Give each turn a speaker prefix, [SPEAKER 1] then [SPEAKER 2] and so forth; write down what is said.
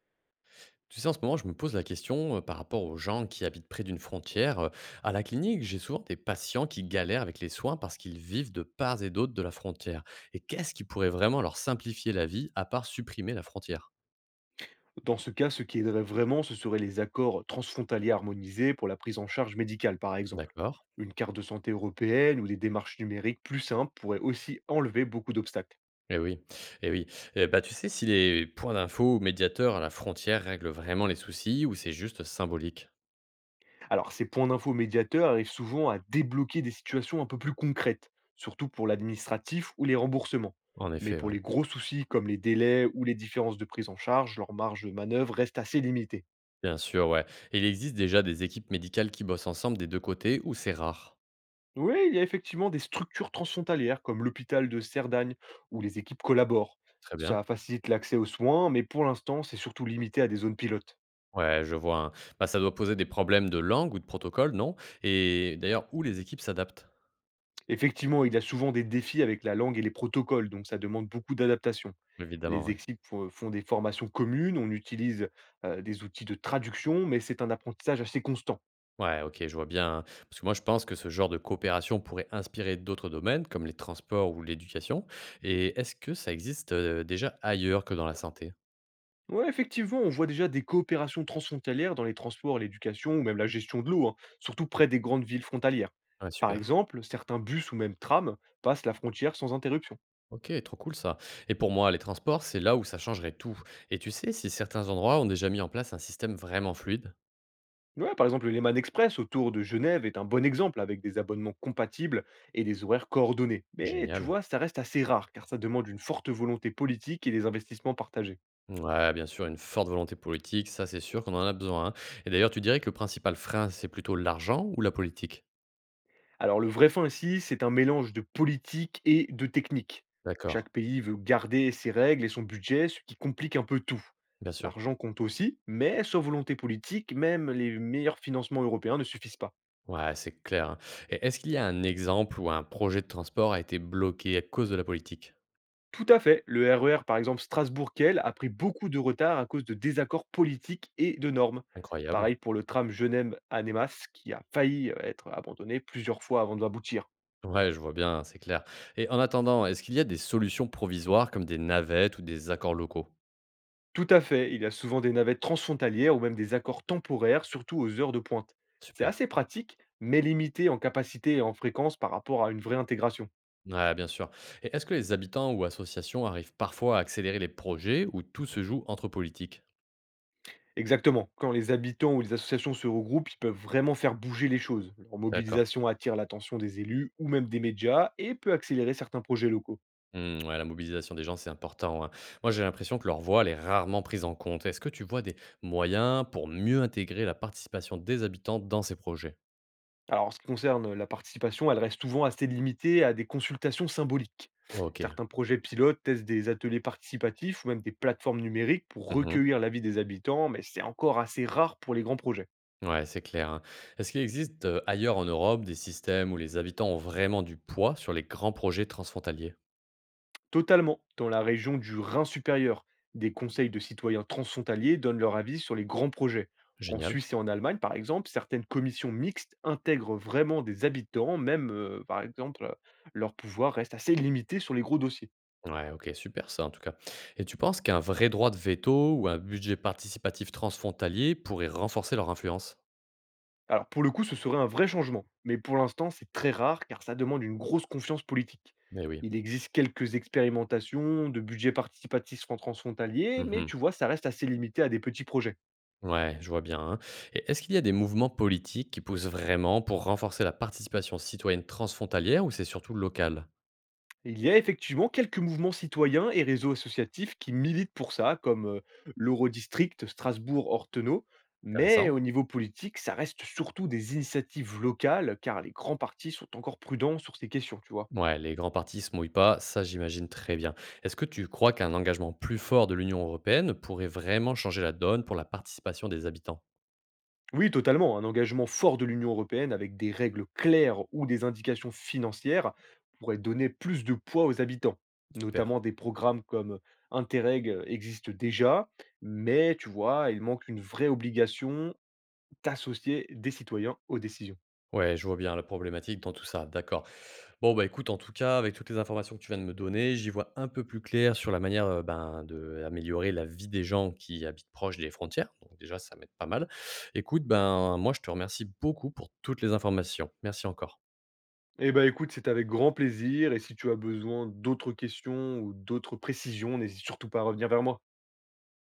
[SPEAKER 1] Tu sais, en ce moment, je me pose la question par rapport aux gens qui habitent près d'une frontière. À la clinique, j'ai souvent des patients qui galèrent avec les soins parce qu'ils vivent de part et d'autre de la frontière. Et qu'est-ce qui pourrait vraiment leur simplifier la vie à part supprimer la frontière?
[SPEAKER 2] Dans ce cas, ce qui aiderait vraiment, ce seraient les accords transfrontaliers harmonisés pour la prise en charge médicale, par exemple.
[SPEAKER 1] D'accord.
[SPEAKER 2] Une carte de santé européenne ou des démarches numériques plus simples pourraient aussi enlever beaucoup d'obstacles.
[SPEAKER 1] Eh oui, eh oui. Eh bah, tu sais si les points d'info ou médiateurs à la frontière règlent vraiment les soucis ou c'est juste symbolique?
[SPEAKER 2] Alors, ces points d'info médiateurs arrivent souvent à débloquer des situations un peu plus concrètes, surtout pour l'administratif ou les remboursements.
[SPEAKER 1] En
[SPEAKER 2] Mais
[SPEAKER 1] effet,
[SPEAKER 2] pour
[SPEAKER 1] ouais.
[SPEAKER 2] les gros soucis comme les délais ou les différences de prise en charge, leur marge de manœuvre reste assez limitée.
[SPEAKER 1] Bien sûr, ouais. Et il existe déjà des équipes médicales qui bossent ensemble des deux côtés ou c'est rare?
[SPEAKER 2] Oui, il y a effectivement des structures transfrontalières comme l'hôpital de Cerdagne où les équipes collaborent.
[SPEAKER 1] Très
[SPEAKER 2] Ça
[SPEAKER 1] bien.
[SPEAKER 2] facilite l'accès aux soins, mais pour l'instant, c'est surtout limité à des zones pilotes.
[SPEAKER 1] Ouais, je vois, hein. Bah, ça doit poser des problèmes de langue ou de protocole, non? Et d'ailleurs, où les équipes s'adaptent?
[SPEAKER 2] Effectivement, il y a souvent des défis avec la langue et les protocoles, donc ça demande beaucoup d'adaptation.
[SPEAKER 1] Évidemment,
[SPEAKER 2] Les
[SPEAKER 1] ouais.
[SPEAKER 2] équipes font des formations communes, on utilise des outils de traduction, mais c'est un apprentissage assez constant.
[SPEAKER 1] Ouais, ok, je vois bien, hein. Parce que moi, je pense que ce genre de coopération pourrait inspirer d'autres domaines, comme les transports ou l'éducation. Et est-ce que ça existe déjà ailleurs que dans la santé?
[SPEAKER 2] Ouais, effectivement, on voit déjà des coopérations transfrontalières dans les transports, l'éducation ou même la gestion de l'eau, hein, surtout près des grandes villes frontalières.
[SPEAKER 1] Ah,
[SPEAKER 2] Par
[SPEAKER 1] super.
[SPEAKER 2] exemple, certains bus ou même trams passent la frontière sans interruption.
[SPEAKER 1] Ok, trop cool ça. Et pour moi, les transports, c'est là où ça changerait tout. Et tu sais si certains endroits ont déjà mis en place un système vraiment fluide?
[SPEAKER 2] Ouais, par exemple, l'Eman Express autour de Genève est un bon exemple avec des abonnements compatibles et des horaires coordonnés. Mais tu
[SPEAKER 1] Génial.
[SPEAKER 2] vois, ça reste assez rare car ça demande une forte volonté politique et des investissements partagés.
[SPEAKER 1] Ouais, bien sûr, une forte volonté politique, ça c'est sûr qu'on en a besoin, hein. Et d'ailleurs, tu dirais que le principal frein, c'est plutôt l'argent ou la politique?
[SPEAKER 2] Alors le vrai fin ici, c'est un mélange de politique et de technique.
[SPEAKER 1] D'accord,
[SPEAKER 2] Chaque pays veut garder ses règles et son budget, ce qui complique un peu tout.
[SPEAKER 1] bien sûr.
[SPEAKER 2] L'argent compte aussi, mais sans volonté politique, même les meilleurs financements européens ne suffisent pas.
[SPEAKER 1] Ouais, c'est clair, hein. Et est-ce qu'il y a un exemple où un projet de transport a été bloqué à cause de la politique?
[SPEAKER 2] Tout à fait, le RER par exemple Strasbourg-Kiel a pris beaucoup de retard à cause de désaccords politiques et de normes.
[SPEAKER 1] Incroyable.
[SPEAKER 2] Pareil pour le tram Genève-Annemasse qui a failli être abandonné plusieurs fois avant d'aboutir.
[SPEAKER 1] Ouais, je vois bien, c'est clair. Et en attendant, est-ce qu'il y a des solutions provisoires comme des navettes ou des accords locaux?
[SPEAKER 2] Tout à fait, il y a souvent des navettes transfrontalières ou même des accords temporaires, surtout aux heures de pointe. C'est
[SPEAKER 1] Super.
[SPEAKER 2] assez pratique, mais limité en capacité et en fréquence par rapport à une vraie intégration.
[SPEAKER 1] Ouais, bien sûr. Et est-ce que les habitants ou associations arrivent parfois à accélérer les projets ou tout se joue entre politiques?
[SPEAKER 2] Exactement, quand les habitants ou les associations se regroupent, ils peuvent vraiment faire bouger les choses. Leur
[SPEAKER 1] D'accord.
[SPEAKER 2] mobilisation attire l'attention des élus ou même des médias et peut accélérer certains projets locaux.
[SPEAKER 1] Mmh, ouais, la mobilisation des gens, c'est important, hein. Moi, j'ai l'impression que leur voix, elle est rarement prise en compte. Est-ce que tu vois des moyens pour mieux intégrer la participation des habitants dans ces projets?
[SPEAKER 2] Alors, en ce qui concerne la participation, elle reste souvent assez limitée à des consultations symboliques.
[SPEAKER 1] Ok.
[SPEAKER 2] Certains projets pilotes testent des ateliers participatifs ou même des plateformes numériques pour
[SPEAKER 1] Mmh.
[SPEAKER 2] recueillir l'avis des habitants, mais c'est encore assez rare pour les grands projets.
[SPEAKER 1] Ouais, c'est clair, hein. Est-ce qu'il existe, ailleurs en Europe des systèmes où les habitants ont vraiment du poids sur les grands projets transfrontaliers?
[SPEAKER 2] Totalement, dans la région du Rhin supérieur, des conseils de citoyens transfrontaliers donnent leur avis sur les grands projets. En
[SPEAKER 1] Génial.
[SPEAKER 2] Suisse et en Allemagne, par exemple, certaines commissions mixtes intègrent vraiment des habitants, même, par exemple, leur pouvoir reste assez limité sur les gros dossiers.
[SPEAKER 1] Ouais, OK, super ça, en tout cas. Et tu penses qu'un vrai droit de veto ou un budget participatif transfrontalier pourrait renforcer leur influence?
[SPEAKER 2] Alors pour le coup, ce serait un vrai changement, mais pour l'instant, c'est très rare car ça demande une grosse confiance politique.
[SPEAKER 1] Eh oui.
[SPEAKER 2] Il existe quelques expérimentations de budgets participatifs transfrontaliers, mais
[SPEAKER 1] Mmh.
[SPEAKER 2] tu vois, ça reste assez limité à des petits projets.
[SPEAKER 1] Ouais, je vois bien, hein. Et est-ce qu'il y a des mouvements politiques qui poussent vraiment pour renforcer la participation citoyenne transfrontalière ou c'est surtout local?
[SPEAKER 2] Il y a effectivement quelques mouvements citoyens et réseaux associatifs qui militent pour ça, comme l'Eurodistrict Strasbourg-Ortenau, mais
[SPEAKER 1] Intéressant.
[SPEAKER 2] au niveau politique, ça reste surtout des initiatives locales car les grands partis sont encore prudents sur ces questions, tu vois.
[SPEAKER 1] Ouais, les grands partis se mouillent pas, ça j'imagine très bien. Est-ce que tu crois qu'un engagement plus fort de l'Union européenne pourrait vraiment changer la donne pour la participation des habitants?
[SPEAKER 2] Oui, totalement. Un engagement fort de l'Union européenne avec des règles claires ou des indications financières pourrait donner plus de poids aux habitants.
[SPEAKER 1] Super.
[SPEAKER 2] Notamment des programmes comme Interreg existent déjà, mais tu vois, il manque une vraie obligation d'associer des citoyens aux décisions.
[SPEAKER 1] Ouais, je vois bien la problématique dans tout ça, d'accord. Bon, bah écoute, en tout cas, avec toutes les informations que tu viens de me donner, j'y vois un peu plus clair sur la manière ben, d'améliorer la vie des gens qui habitent proche des frontières. Donc déjà, ça m'aide pas mal. Écoute, ben moi, je te remercie beaucoup pour toutes les informations. Merci encore.
[SPEAKER 2] Eh ben écoute, c'est avec grand plaisir et si tu as besoin d'autres questions ou d'autres précisions, n'hésite surtout pas à revenir vers moi.